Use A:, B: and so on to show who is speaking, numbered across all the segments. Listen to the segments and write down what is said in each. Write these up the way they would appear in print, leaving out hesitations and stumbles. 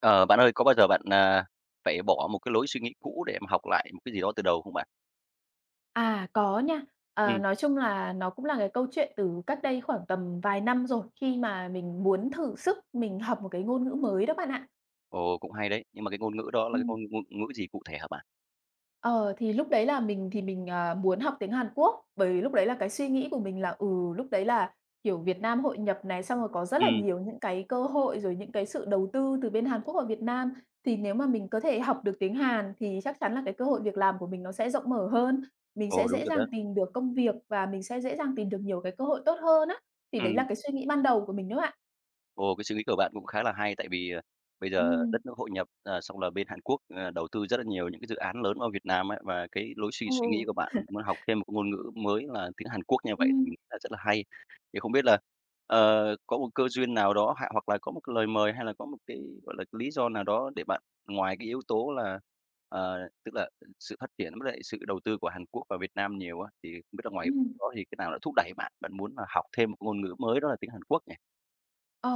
A: Ờ, bạn ơi, có bao giờ bạn, phải bỏ một cái lối suy nghĩ cũ để mà học lại một cái gì đó từ đầu không bạn?
B: À, có nha.
A: Ừ.
B: Ờ, nói chung là nó cũng là cái câu chuyện từ cách đây khoảng tầm vài năm rồi, khi mà mình muốn thử sức mình học một cái ngôn ngữ mới đó bạn ạ.
A: Ồ, cũng hay đấy, nhưng mà cái ngôn ngữ đó là cái
B: Ừm.
A: ngôn ngôn ngữ gì cụ thể hả bạn?
B: Ờ, thì lúc đấy là mình, à, muốn học tiếng Hàn Quốc, bởi vì lúc đấy là cái suy nghĩ của mình là, ừ, lúc đấy là, kiểu, Việt Nam hội nhập này, xong rồi có rất
A: Ừ
B: là nhiều những cái cơ hội, rồi những cái sự đầu tư từ bên Hàn Quốc vào Việt Nam. Thì nếu mà mình có thể học được tiếng Hàn thì chắc chắn là cái cơ hội việc làm của mình nó sẽ rộng mở hơn, mình
A: ồ,
B: sẽ
A: đúng
B: dễ
A: rồi
B: dàng
A: đó.
B: tìm được công việc và mình sẽ dễ dàng tìm được nhiều cái cơ hội tốt hơn á. Thì
A: Ừ.
B: đấy là cái suy nghĩ ban đầu của mình đó bạn.
A: Ồ, cái suy nghĩ của bạn cũng khá là hay, tại vì, bây
B: Ừ.
A: giờ đất nước hội nhập, xong là bên Hàn Quốc, đầu tư rất là nhiều những cái dự án lớn vào Việt Nam ấy, và cái lối suy suy nghĩ
B: Ồ.
A: của bạn muốn học thêm một ngôn ngữ mới là tiếng Hàn Quốc như vậy thì
B: Ừm,
A: là rất là hay. Thì không biết là, có một cơ duyên nào đó hạ hoặc là có một cái lời mời hay là có một cái, gọi là, cái lý do nào đó để bạn ngoài cái yếu tố là, tức là sự phát triển với lại sự đầu tư của Hàn Quốc vào Việt Nam nhiều á, thì không biết là ngoài
B: ừm.
A: đó thì cái nào đã thúc đẩy bạn, bạn muốn là học thêm một ngôn ngữ mới đó là tiếng Hàn Quốc nhỉ?
B: Ờ,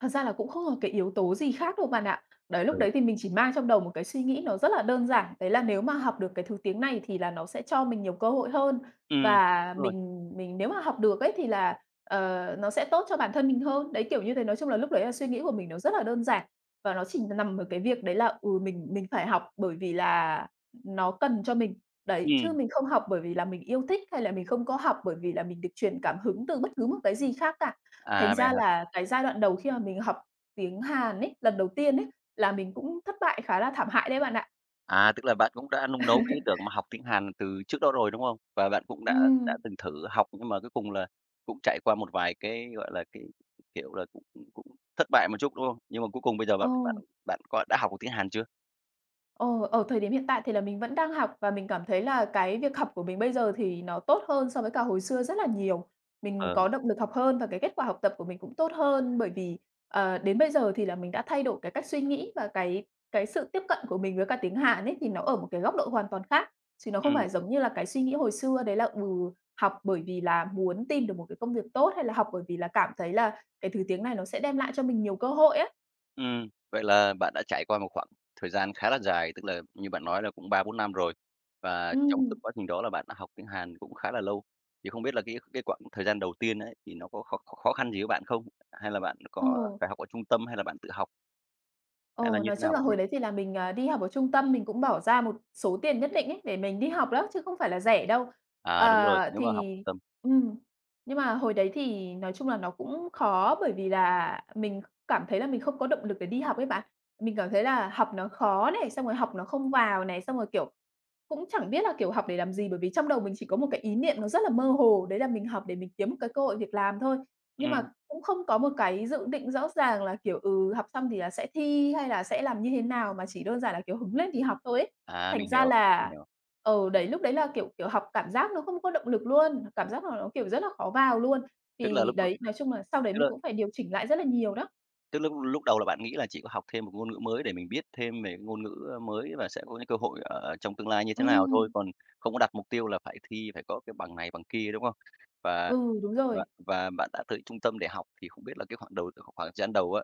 B: thật ra là cũng không có cái yếu tố gì khác đâu bạn ạ. Đấy, lúc đấy thì mình chỉ mang trong đầu một cái suy nghĩ nó rất là đơn giản, đấy là nếu mà học được cái thứ tiếng này thì là nó sẽ cho mình nhiều cơ hội hơn
A: Ừm,
B: và
A: đúng rồi,
B: mình nếu mà học được ấy thì là, ờ, nó sẽ tốt cho bản thân mình hơn. Đấy, kiểu như thế, nói chung là lúc đấy là suy nghĩ của mình nó rất là đơn giản và nó chỉ nằm ở cái việc đấy là, ừ, mình phải học bởi vì là nó cần cho mình. Đấy, chứ
A: ừm,
B: mình không học bởi vì là mình yêu thích hay là mình không có học bởi vì là mình được truyền cảm hứng từ bất cứ một cái gì khác cả.
A: à,
B: Thành
A: vậy
B: ra
A: hả?
B: là cái giai đoạn đầu khi mà mình học tiếng Hàn ấy, lần đầu tiên ấy, là mình cũng thất bại khá là thảm hại đấy bạn ạ.
A: À, tức là bạn cũng đã nung nấu cái ý tưởng mà học tiếng Hàn từ trước đó rồi, đúng không? Và bạn cũng đã
B: Ừm.
A: từng thử học nhưng mà cuối cùng là cũng trải qua một vài cái, gọi là, cái, kiểu là, cũng cũng cũng thất bại một chút, đúng không? Nhưng mà cuối cùng bây giờ
B: Ờ.
A: bạn bạn bạn có đã học được tiếng Hàn chưa?
B: Ờ, ở thời điểm hiện tại thì là mình vẫn đang học và mình cảm thấy là cái việc học của mình bây giờ thì nó tốt hơn so với cả hồi xưa rất là nhiều. Mình
A: Ờ,
B: có động lực học hơn và cái kết quả học tập của mình cũng tốt hơn bởi vì, ờ, đến bây giờ thì là mình đã thay đổi cái cách suy nghĩ và cái sự tiếp cận của mình với cả tiếng Hàn ấy, thì nó ở một cái góc độ hoàn toàn khác, chứ nó không
A: ừm.
B: phải giống như là cái suy nghĩ hồi xưa đấy là, ừ, học bởi vì là muốn tìm được một cái công việc tốt hay là học bởi vì là cảm thấy là cái thứ tiếng này nó sẽ đem lại cho mình nhiều cơ hội ấy.
A: Vậy là bạn đã trải qua một khoảng thời gian khá là dài, tức là như bạn nói là cũng 3 4 năm rồi. Và trong suốt
B: Ừm,
A: quá trình đó là bạn đã học tiếng Hàn cũng khá là lâu. Thì không biết là cái quãng thời gian đầu tiên ấy thì nó có khó khó khó khăn gì với bạn không? Hay là bạn
B: ờ.
A: có phải học ở trung tâm hay là bạn tự học hay là
B: Ồ,
A: như
B: nói
A: thế nào
B: chung là
A: bạn nhỉ?
B: hồi đấy thì là mình, à, đi học ở trung tâm, mình cũng bỏ ra một số tiền nhất định ấy, để mình đi học đó, chứ không phải là rẻ đâu.
A: À, đúng rồi,
B: Ờ,
A: nếu mà học
B: thì
A: trung tâm.
B: ừm, nhưng mà hồi đấy thì nói chung là nó cũng khó, bởi vì là mình cảm thấy là mình không có động lực để đi học ấy bạn. Mình cảm thấy là học nó khó này, xong rồi học nó không vào này, xong rồi, kiểu, cũng chẳng biết là, kiểu, học để làm gì, bởi vì trong đầu mình chỉ có một cái ý niệm nó rất là mơ hồ, đấy là mình học để mình kiếm một cái cơ hội việc làm thôi. Nhưng mà
A: Ừm,
B: cũng không có một cái dự định rõ ràng là, kiểu, ừ, học xong thì là sẽ thi hay là sẽ làm như thế nào, mà chỉ đơn giản là, kiểu, hứng lên thì học thôi ấy. Thành
A: mình
B: ra
A: hiểu, mình
B: là
A: hiểu.
B: ừ, đấy, lúc đấy là, kiểu kiểu, học cảm giác nó không có động lực luôn, cảm giác là nó, kiểu, rất là khó vào luôn.
A: Tức là
B: Thì
A: lúc lúc
B: đấy, nói chung là sau đấy
A: tức
B: mình
A: là
B: cũng phải điều chỉnh lại rất là nhiều đó.
A: Tức lúc lúc đầu là bạn nghĩ là chỉ có học thêm một ngôn ngữ mới để mình biết thêm về cái ngôn ngữ, ơ, mới và sẽ có những cơ hội ở trong tương lai như thế nào thôi,
B: Ừm,
A: còn không có đặt mục tiêu là phải thi, phải có cái bằng này bằng kia, đúng không? Và
B: ừ, đúng
A: và
B: rồi.
A: và bạn đã tới trung tâm để học thì không biết là cái khoảng đầu khoảng thời gian đầu á,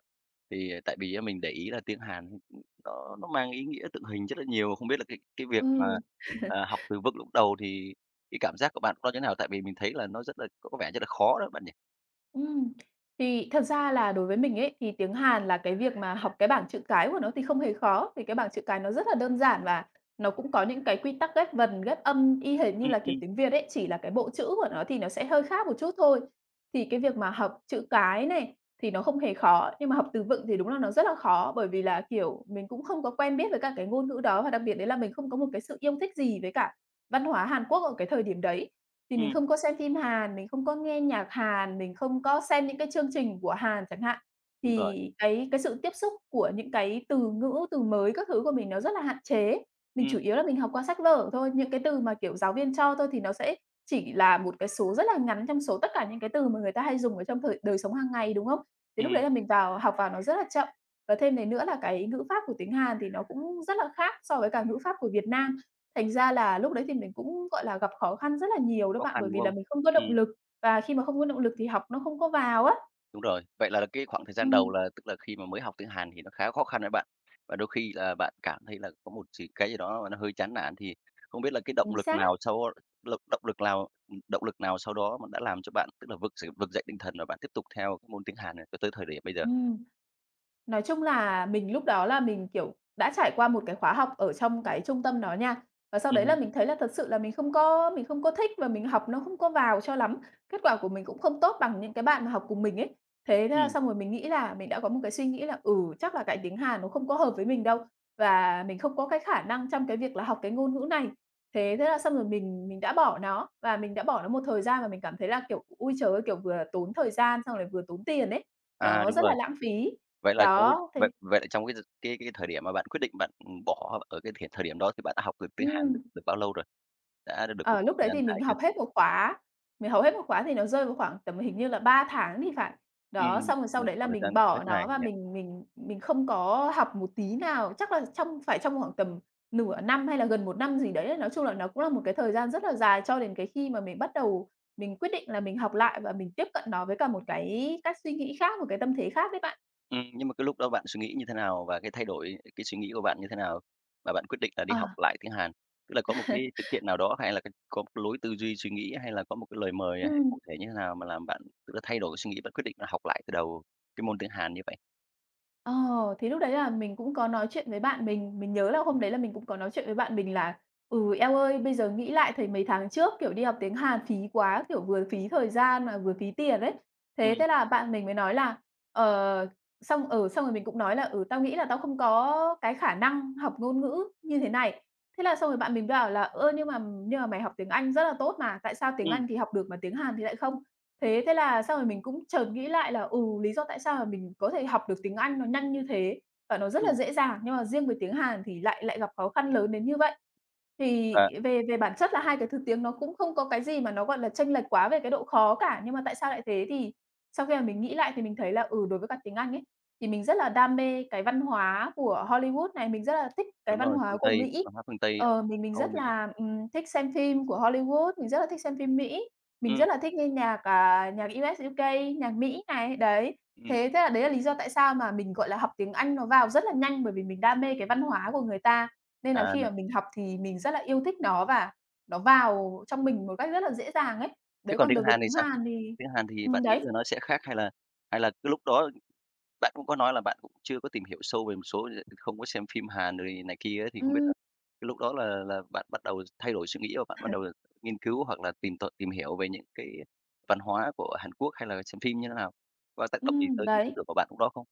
A: thì tại vì á mình để ý là tiếng Hàn nó mang ý nghĩa tượng hình rất là nhiều, không biết là cái việc mà,
B: Ừ.
A: học từ vựng lúc đầu thì cái cảm giác của bạn nó như thế nào? Tại vì mình thấy là nó rất là có vẻ rất là khó đó bạn nhỉ?
B: Ừm, thì thật ra là đối với mình ấy, thì tiếng Hàn là cái việc mà học cái bảng chữ cái của nó thì không hề khó, vì cái bảng chữ cái nó rất là đơn giản và nó cũng có những cái quy tắc ghép vần, ghép âm y hệt như
A: Ừm,
B: là kiểu
A: ừm,
B: tiếng Việt ấy, chỉ là cái bộ chữ của nó thì nó sẽ hơi khác một chút thôi. Thì cái việc mà học chữ cái này thì nó không hề khó, nhưng mà học từ vựng thì đúng là nó rất là khó, bởi vì là, kiểu, mình cũng không có quen biết với cả cái ngôn ngữ đó và đặc biệt đấy là mình không có một cái sự yêu thích gì với cả văn hóa Hàn Quốc ở cái thời điểm đấy. Thì mình
A: ừm,
B: không có xem phim Hàn, mình không có nghe nhạc Hàn, mình không có xem những cái chương trình của Hàn chẳng hạn,
A: đúng rồi,
B: thì cái sự tiếp xúc của những cái từ ngữ, từ mới các thứ của mình nó rất là hạn chế. Mình chủ
A: ừm,
B: yếu là mình học qua sách vở thôi, những cái từ mà, kiểu, giáo viên cho thôi thì nó sẽ chỉ là một cái số rất là ngắn trong số tất cả những cái từ mà người ta hay dùng ở trong thời đời sống hàng ngày, đúng không? Thì lúc
A: ừm.
B: đấy là mình vào học vào nó rất là chậm. Và thêm đấy nữa là cái ngữ pháp của tiếng Hàn thì nó cũng rất là khác so với cả ngữ pháp của Việt Nam. Thành ra là lúc đấy thì mình cũng, gọi là, gặp khó khăn rất là nhiều đó
A: Khó
B: bạn,
A: khăn,
B: bởi
A: đúng
B: vì là
A: không?
B: mình không có
A: Ừm,
B: động lực, và khi mà không có động lực thì học nó không có vào á.
A: đúng rồi. Vậy là cái khoảng thời gian đầu
B: Ừm,
A: là tức là khi mà mới học tiếng Hàn thì nó khá khó khăn với bạn, và đôi khi là bạn cảm thấy là có một gì cái gì đó mà nó hơi chán nản, thì không biết là cái động
B: chính
A: lực
B: xác.
A: nào sau lực động lực nào sau đó mà đã làm cho bạn tức là vực dậy tinh thần và bạn tiếp tục theo cái môn tiếng Hàn này cho tới thời điểm bây giờ?
B: Ừm. Nói chung là mình lúc đó là mình, kiểu, đã trải qua một cái khóa học ở trong cái trung tâm đó nha. Và sau đấy là
A: Hứm,
B: mình thấy là thật sự là mình không có thích và mình học nó không có vào cho lắm. Kết quả của mình cũng không tốt bằng những cái bạn mà học cùng mình ấy. Thế là
A: ừm.
B: xong rồi mình nghĩ là mình đã có một cái suy nghĩ là, ừ, chắc là cái tiếng Hàn nó không có hợp với mình đâu, và mình không có cái khả năng trong cái việc là học cái ngôn ngữ này. Thế thế là xong rồi mình đã bỏ nó, và mình đã bỏ nó một thời gian và mình cảm thấy là, kiểu, ôi trời ơi, kiểu, vừa tốn thời gian xong lại vừa tốn tiền ấy,
A: À,
B: nó
A: đúng
B: rất là
A: rồi.
B: lãng phí.
A: Vậy là trong cái
B: Đó,
A: vậy
B: thì
A: vậy là trong cái thời điểm mà bạn quyết định bạn, bỏ ở cái thời thời điểm đó thì bạn đã học được tiếng Hàn được
B: ừm,
A: được bao lâu rồi? Đã được một
B: ờ, lúc
A: thời
B: đấy
A: gian
B: thì
A: dài
B: mình
A: chưa?
B: học hết một khóa, mình học hết một khóa thì nó rơi vào khoảng tầm hình như là 3 tháng thì phải.
A: Ừm,
B: Đó, xong rồi sau
A: một
B: đấy là
A: khoảng thời gian
B: mình
A: cũng khá
B: bỏ
A: dài
B: nó và
A: nhỉ?
B: mình không có học một tí nào, chắc là phải trong khoảng tầm nửa năm hay là gần một năm gì đấy. Nói chung là nó cũng là một cái thời gian rất là dài cho đến cái khi mà mình bắt đầu mình quyết định là mình học lại và mình tiếp cận nó với cả một cái cách suy nghĩ khác, một cái tâm thế khác đấy bạn.
A: Nhưng mà cái lúc đó bạn suy nghĩ như thế nào và cái thay đổi cái suy nghĩ của bạn như thế nào mà bạn quyết định là đi học
B: Ờ,
A: lại tiếng Hàn? Tức là có một cái sự kiện nào đó hay là có một cái lối tư duy suy nghĩ hay là có một cái lời mời hay cụ
B: ừm.
A: thể như thế nào mà làm bạn tự thay đổi suy nghĩ, bạn quyết định là học lại từ đầu cái môn tiếng Hàn như vậy?
B: Ờ, thì lúc đấy là mình cũng có nói chuyện với bạn mình nhớ là
A: Ừm,
B: hôm đấy là mình cũng có nói chuyện với bạn mình là: "Ừ, em ơi, bây giờ nghĩ lại thấy mấy tháng trước, kiểu, đi học tiếng Hàn phí quá, kiểu, vừa phí thời gian mà vừa phí tiền ấy." Thế
A: ừm,
B: thế là bạn mình mới nói là, ờ, xong ở ừ, xong rồi mình cũng nói là: "Ừ, tao nghĩ là tao không có cái khả năng học ngôn ngữ như thế này." Thế là xong rồi bạn mình bảo là: "Ơ, nhưng mà mày học tiếng Anh rất là tốt mà, tại sao tiếng
A: ừm,
B: Anh thì học được mà tiếng Hàn thì lại không?" Thế thế là xong rồi mình cũng chợt nghĩ lại là, ừ, lý do tại sao mà mình có thể học được tiếng Anh nó nhanh như thế và nó rất là
A: ừm,
B: dễ dàng, nhưng mà riêng với tiếng Hàn thì lại lại gặp khó khăn lớn đến như vậy. Thì
A: và
B: về về bản chất là hai cái thứ tiếng nó cũng không có cái gì mà nó, gọi là, chênh lệch quá về cái độ khó cả, nhưng mà tại sao lại thế? Thì sau khi mà mình nghĩ lại thì mình thấy là, ừ, đối với cả tiếng Anh ấy, thì mình rất là đam mê cái văn hóa của Hollywood này, mình rất là thích cái
A: đúng
B: văn
A: rồi,
B: hóa
A: phương
B: của
A: Tây,
B: Mỹ.
A: văn hóa phương Tây,
B: Mình
A: Âu
B: rất
A: Mỹ.
B: là, thích xem phim của Hollywood, mình rất là thích xem phim Mỹ. Mình
A: Ừm,
B: rất là thích nghe nhạc, à, nhạc US, UK, nhạc Mỹ này, đấy. Thế
A: ừm,
B: thế là đấy là lý do tại sao mà mình, gọi là, học tiếng Anh nó vào rất là nhanh, bởi vì mình đam mê cái văn hóa của người ta, nên
A: à,
B: là khi mà mình học thì mình rất là yêu thích nó và nó vào trong mình một cách rất là dễ dàng ấy.
A: thế
B: Đấy,
A: còn
B: còn
A: tiếng
B: đối với
A: Hàn thì
B: tiếng
A: sao?
B: Hàn thì
A: Tiếng Hàn thì
B: ừm,
A: bạn nghĩ
B: đấy,
A: là nó sẽ khác hay là cái lúc đó. Bạn cũng có nói là bạn cũng chưa có tìm hiểu sâu về không có xem phim Hàn rồi này kia ấy, thì không biết
B: ừm,
A: là cái lúc đó là bạn bắt đầu thay đổi suy nghĩ và bạn bắt đầu nghiên cứu hoặc là tìm hiểu về những cái văn hóa của Hàn Quốc hay là xem phim như thế nào? Và tác động gì tới cái tư
B: đấy.
A: tưởng của bạn lúc đó không?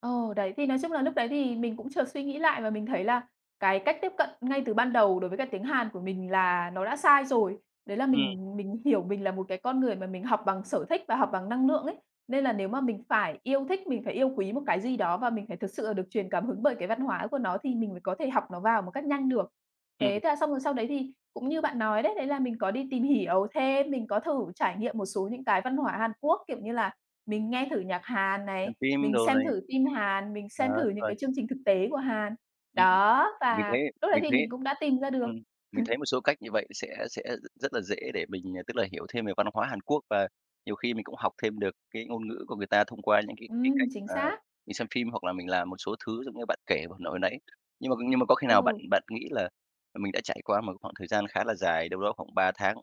B: Ờ, đấy, thì nói chung là lúc đấy thì mình cũng chợt suy nghĩ lại và mình thấy là cái cách tiếp cận ngay từ ban đầu đối với cả tiếng Hàn của mình là nó đã sai rồi. Đấy là
A: Ừm,
B: mình hiểu mình là một cái con người mà mình học bằng sở thích và học bằng năng lượng ấy. Nên là nếu mà mình phải yêu thích, mình phải yêu quý một cái gì đó và mình phải thực sự là được truyền cảm hứng bởi cái văn hóa của nó thì mình mới có thể học nó vào một cách nhanh được.
A: ừm,
B: Thế thế là xong rồi sau đấy thì cũng như bạn nói đấy, đấy là mình có đi tìm hiểu thêm, mình có thử trải nghiệm một số những cái văn hóa Hàn Quốc, kiểu như là mình nghe thử nhạc Hàn
A: xem
B: này,
A: phim
B: mình
A: đồ
B: xem
A: này
B: thử phim Hàn, mình
A: ờ,
B: xem thử
A: đúng
B: những
A: rồi.
B: cái chương trình thực tế của Hàn.
A: Ừm,
B: Đó,
A: mình
B: và
A: thấy
B: lúc đấy
A: mình
B: thì mình
A: thấy
B: cũng đã tìm ra được.
A: Ừm, mình thấy một số cách như vậy sẽ rất là dễ để mình, tức là hiểu thêm về văn hóa Hàn Quốc và nhiều khi mình cũng học thêm được cái ngôn ngữ của người ta thông qua những cái cách
B: Chính
A: mà
B: xác.
A: mình xem phim hoặc là mình làm một số thứ giống như bạn kể vừa nổi nãy. Đấy. Nhưng mà có khi nào bạn
B: Ừ,
A: bạn nghĩ là mình đã trải qua một khoảng thời gian khá là dài, đâu đó khoảng 3 tháng,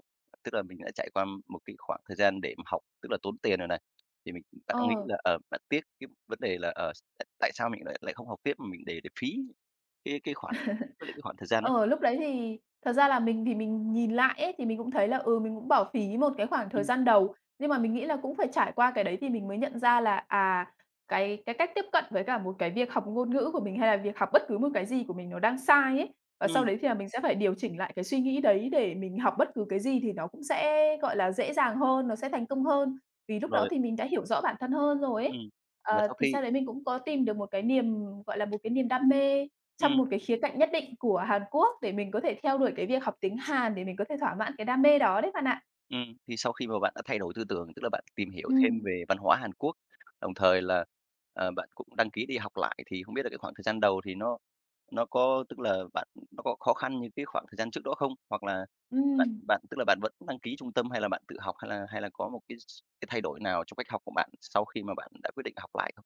A: tức là mình đã trải qua một cái khoảng thời gian để mà học, tức là tốn tiền rồi này, thì bạn có nghĩ
B: ờ.
A: là, bạn tiếc cái vấn đề là, tại sao mình lại lại không học tiếp mà mình để phí cái khoản với lại cái khoảng thời gian đó?
B: Ờ, lúc đấy thì thật ra là mình nhìn lại ấy, thì mình cũng thấy là, ừ, mình cũng bỏ phí một cái khoảng thời gian đầu. Nhưng mà mình nghĩ là cũng phải trải qua cái đấy thì mình mới nhận ra là, à, cái cách tiếp cận với cả một cái việc học ngôn ngữ của mình, hay là việc học bất cứ một cái gì của mình nó đang sai ấy. Và sau
A: Ừm,
B: đấy thì là mình sẽ phải điều chỉnh lại cái suy nghĩ đấy để mình học bất cứ cái gì thì nó cũng sẽ, gọi là, dễ dàng hơn, nó sẽ thành công hơn, vì
A: đúng
B: lúc đó
A: rồi,
B: thì mình đã hiểu rõ bản thân hơn rồi ấy.
A: ừm. Và
B: Ờ,
A: sau
B: thì
A: khi
B: sau đấy mình cũng có tìm được một cái niềm, gọi là, một cái niềm đam mê trong
A: ừm,
B: một cái khía cạnh nhất định của Hàn Quốc để mình có thể theo đuổi cái việc học tiếng Hàn để mình có thể thỏa mãn cái đam mê đó đấy bạn ạ.
A: thì sau khi mà bạn đã thay đổi tư tưởng, tức là bạn tìm hiểu thêm
B: Ừm.
A: về văn hóa Hàn Quốc, đồng thời là, bạn cũng đăng ký đi học lại thì không biết là cái khoảng thời gian đầu thì nó có tức là bạn nó có khó khăn như cái khoảng thời gian trước đó không? Hoặc là bạn
B: Ừm.
A: bạn tức là bạn vẫn đăng ký trung tâm hay là bạn tự học hay là có một cái thay đổi nào trong cách học của bạn sau khi mà bạn đã quyết định học lại không?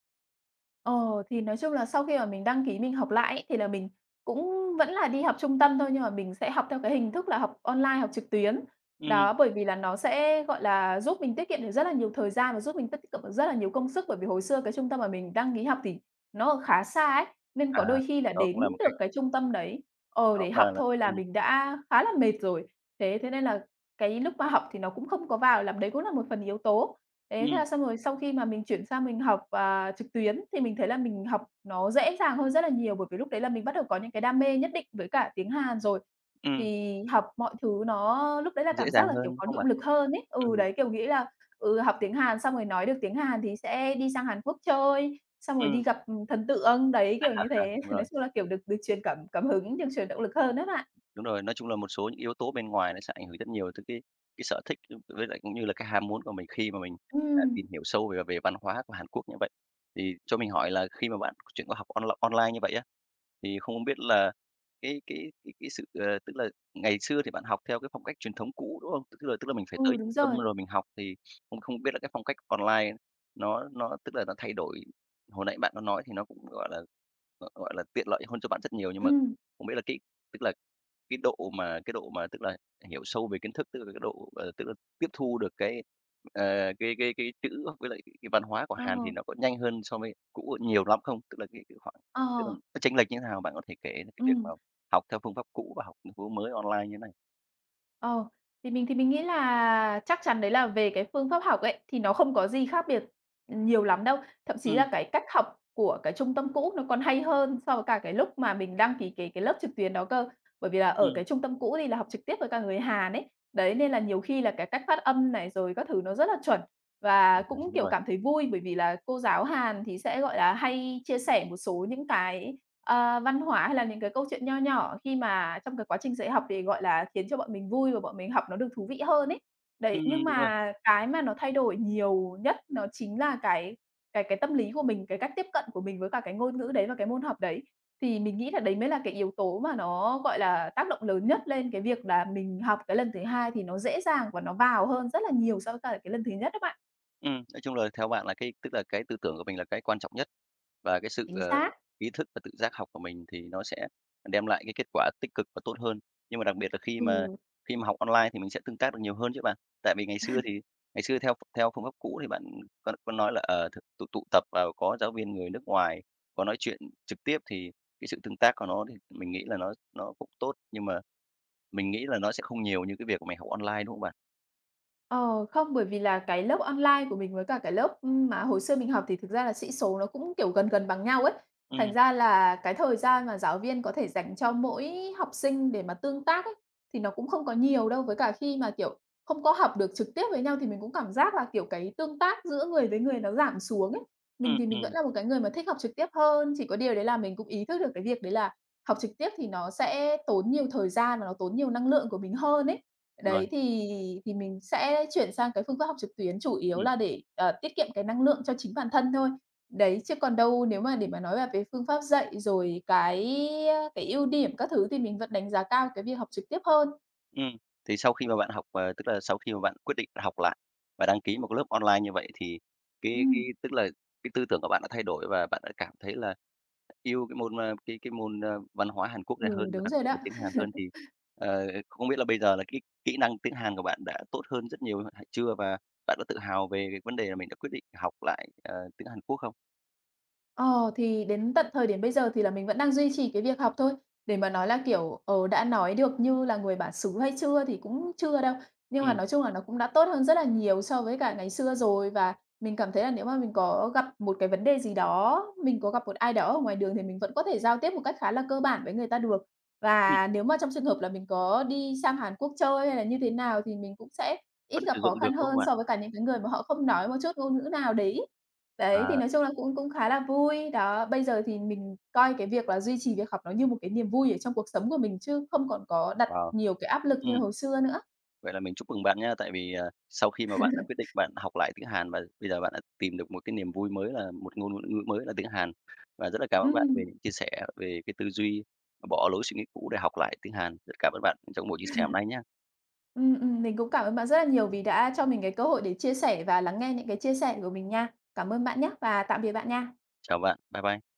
B: Ờ, thì nói chung là sau khi mà mình đăng ký mình học lại ấy, thì là mình cũng vẫn là đi học trung tâm thôi, nhưng mà mình sẽ học theo cái hình thức là học online, học trực tuyến.
A: Ừm,
B: Đó, bởi vì là nó sẽ, gọi là, giúp mình tiết kiệm được rất là nhiều thời gian và giúp mình tiết kiệm được rất là nhiều công sức. Bởi vì hồi xưa cái trung tâm mà mình đăng ký học thì nó ở khá xa ấy, nên
A: à,
B: có đôi khi là
A: đó cũng
B: đến
A: là một cách
B: được cái trung tâm đấy
A: đó
B: để
A: cũng
B: học
A: là
B: thôi là mình đã khá là mệt rồi. Thế thế nên là cái lúc mà học thì nó cũng không có vào, làm đấy cũng là một phần yếu tố. Thế thế
A: ừm,
B: là xong rồi sau khi mà mình chuyển sang mình học, à, trực tuyến thì mình thấy là mình học nó dễ dàng hơn rất là nhiều, bởi vì lúc đấy là mình bắt đầu có những cái đam mê nhất định với cả tiếng Hàn rồi.
A: ừm,
B: Thì học mọi thứ nó lúc đấy là
A: dễ
B: cảm giác
A: dàng
B: là,
A: hơn,
B: kiểu,
A: đúng
B: có
A: không
B: động
A: bạn?
B: lực hơn ấy. Ừ,
A: Ừm,
B: đấy, kiểu, nghĩ là, ừ, học tiếng Hàn xong rồi nói được tiếng Hàn thì sẽ đi sang Hàn Quốc chơi, xong rồi
A: ừm,
B: đi gặp, thần tượng, đấy, kiểu như thế.
A: đúng
B: Nói
A: rồi.
B: chung là, kiểu, được được truyền cảm cảm hứng, được truyền động lực hơn á bạn.
A: Đúng rồi, nói chung là một số những yếu tố bên ngoài nó sẽ ảnh hưởng rất nhiều tới cái sở thích với lại cũng như là cái ham muốn của mình khi mà mình đã
B: Ừm,
A: tìm hiểu sâu về về văn hóa của Hàn Quốc như vậy. Thì cho mình hỏi là khi mà bạn chuyển qua học online như vậy á, thì không biết là cái cái cái sự, tức là ngày xưa thì bạn học theo cái phong cách truyền thống cũ, đúng không? Tức là mình phải tới
B: ừ, đúng
A: trung tâm
B: rồi,
A: rồi mình học thì không không biết là cái phong cách online nó tức là nó thay đổi hồi nãy bạn có nói thì nó cũng, gọi là, gọi gọi là, tiện lợi hơn cho bạn rất nhiều, nhưng mà
B: ừm,
A: không biết là cái tức là cái độ mà tức là hiểu sâu về kiến thức, tức là cái độ, tức là tiếp thu được ờ, cái chữ với lại cái văn hóa của
B: ờ,
A: Hàn thì nó có nhanh hơn so với cũ nhiều lắm không? Tức là cái khoảng tức là
B: ờ,
A: nó chênh lệch như thế nào? Bạn có thể kể cái việc mà
B: ừm.
A: học theo phương pháp cũ và học theo phương mới online như thế này.
B: Ờ, thì mình nghĩ là chắc chắn đấy là về cái phương pháp học ấy, thì nó không có gì khác biệt nhiều lắm đâu. Thậm chí
A: Ừm,
B: là cái cách học của cái trung tâm cũ nó còn hay hơn so với cả cái lúc mà mình đăng ký cái lớp trực tuyến đó cơ. Bởi vì là ở
A: ừm.
B: cái trung tâm cũ thì là học trực tiếp với cả người Hàn ấy. Đấy, nên là nhiều khi là cái cách phát âm này, rồi các thứ nó rất là chuẩn.
A: À,
B: Và cũng,
A: đúng
B: kiểu,
A: rồi.
B: cảm thấy vui bởi vì là cô giáo Hàn thì sẽ, gọi là, hay chia sẻ một số những cái, ờ, văn hóa hay là những cái câu chuyện nho nhỏ khi mà trong cái quá trình dạy học để, gọi là, khiến cho bọn mình vui và bọn mình học nó được thú vị hơn ấy. Đấy, nhưng
A: Đúng rồi.
B: mà cái mà nó thay đổi nhiều nhất nó chính là cái cái tâm lý của mình, cái cách tiếp cận của mình với cả cái ngôn ngữ đấy và cái môn học đấy. Thì mình nghĩ là đấy mới là cái yếu tố mà nó, gọi là, tác động lớn nhất lên cái việc là mình học cái lần thứ hai thì nó dễ dàng và nó vào hơn rất là nhiều so với cả cái lần thứ nhất á bạn.
A: Nói chung là theo bạn là cái tức là cái tư tưởng của mình là cái quan trọng nhất và cái sự,
B: Chính xác.
A: ý thức và tự giác học của mình thì nó sẽ đem lại cái kết quả tích cực và tốt hơn. Nhưng mà đặc biệt là khi mà
B: Ừm,
A: khi mà học online thì mình sẽ tương tác được nhiều hơn chứ bạn. Tại vì ngày xưa theo theo phương pháp cũ thì bạn có nói là, tụ tụ tập và có giáo viên người nước ngoài, có nói chuyện trực tiếp thì cái sự tương tác của nó thì mình nghĩ là nó cũng tốt, nhưng mà mình nghĩ là nó sẽ không nhiều như cái việc mà mình học online, đúng không bạn?
B: ờ, không, bởi vì là cái lớp online của mình với cả cái lớp, mà hồi xưa mình học thì thực ra là sĩ số nó cũng, kiểu, gần gần bằng nhau ấy.
A: Ừ,
B: Thành ra là cái thời gian mà giáo viên có thể dành cho mỗi học sinh để mà tương tác ấy, thì nó cũng không có nhiều đâu. Với cả khi mà, kiểu, không có học được trực tiếp với nhau thì mình cũng cảm giác là, kiểu, cái tương tác giữa người với người nó giảm xuống ấy.
A: ừ,
B: Mình vẫn là một cái người mà thích học trực tiếp hơn, chỉ có điều đấy là mình cũng ý thức được cái việc đấy là học trực tiếp thì nó sẽ tốn nhiều thời gian và nó tốn nhiều năng lượng của mình hơn ấy.
A: rồi.
B: Đấy, thì mình sẽ chuyển sang cái phương pháp học trực tuyến chủ yếu là để, ờ, tiết kiệm cái năng lượng cho chính bản thân thôi. Đấy, chứ còn đâu nếu mà để mà nói là về phương pháp dạy rồi cái, a, cái ưu điểm các thứ thì mình vẫn đánh giá cao cái việc học trực tiếp hơn.
A: Ừ, thì sau khi mà bạn học, tức là sau khi mà bạn quyết định học lại và đăng ký một cái lớp online như vậy thì cái
B: Ừm.
A: tức là cái tư tưởng của bạn đã thay đổi và bạn đã cảm thấy là yêu cái môn văn hóa Hàn Quốc
B: Ừ,
A: này hơn và
B: đúng
A: đặc
B: rồi
A: biệt là
B: đó.
A: tiếng Hàn hơn thì, không biết là bây giờ là cái kỹ năng tiếng Hàn của bạn đã tốt hơn rất nhiều hay chưa? Và bạn đã tự hào về cái vấn đề là mình đã quyết định học lại, tiếng Hàn Quốc không?
B: Ờ, thì đến tận thời điểm bây giờ thì là mình vẫn đang duy trì cái việc học thôi. Để mà nói là, kiểu, ờ, đã nói được như là người bản xứ hay chưa thì cũng chưa đâu. Nhưng mà
A: Ừm,
B: nói chung là nó cũng đã tốt hơn rất là nhiều so với cả ngày xưa rồi. Và mình cảm thấy là nếu mà mình có gặp một cái vấn đề gì đó, mình có gặp một ai đó ở ngoài đường thì mình vẫn có thể giao tiếp một cách khá là cơ bản với người ta được.
A: ừm,
B: Và nếu mà trong trường hợp là mình có đi sang Hàn Quốc chơi hay là như thế nào thì mình cũng sẽ
A: vẫn
B: ít gặp
A: sử
B: khó
A: dụng được,
B: khăn
A: đúng không
B: hơn
A: ạ?
B: so với cả những cái người mà họ không nói một chút ngôn ngữ nào đấy. Đấy, thì
A: À,
B: nói chung là cũng cũng khá là vui. Đó, bây giờ thì mình coi cái việc là duy trì việc học nó như một cái niềm vui ở trong cuộc sống của mình chứ không còn có đặt
A: wow!
B: nhiều cái áp lực như là
A: Ừm.
B: hồi xưa nữa.
A: Vậy là mình chúc mừng bạn nhá, tại vì, sau khi mà bạn đã quyết định bạn học lại tiếng Hàn và bây giờ bạn đã tìm được một cái niềm vui mới là một ngôn ngữ mới là tiếng Hàn. Và rất là cảm ơn bạn về
B: Ừm,
A: những chia sẻ về cái tư duy, bỏ lối suy nghĩ cũ để học lại tiếng Hàn. Rất cảm ơn bạn trong buổi chia sẻ hôm nay nhé.
B: mình cũng cảm ơn bạn rất là nhiều vì đã cho mình cái cơ hội để chia sẻ và lắng nghe những cái chia sẻ của mình nha. Cảm ơn bạn nhé và tạm biệt bạn nha.
A: Chào bạn. Bye bye.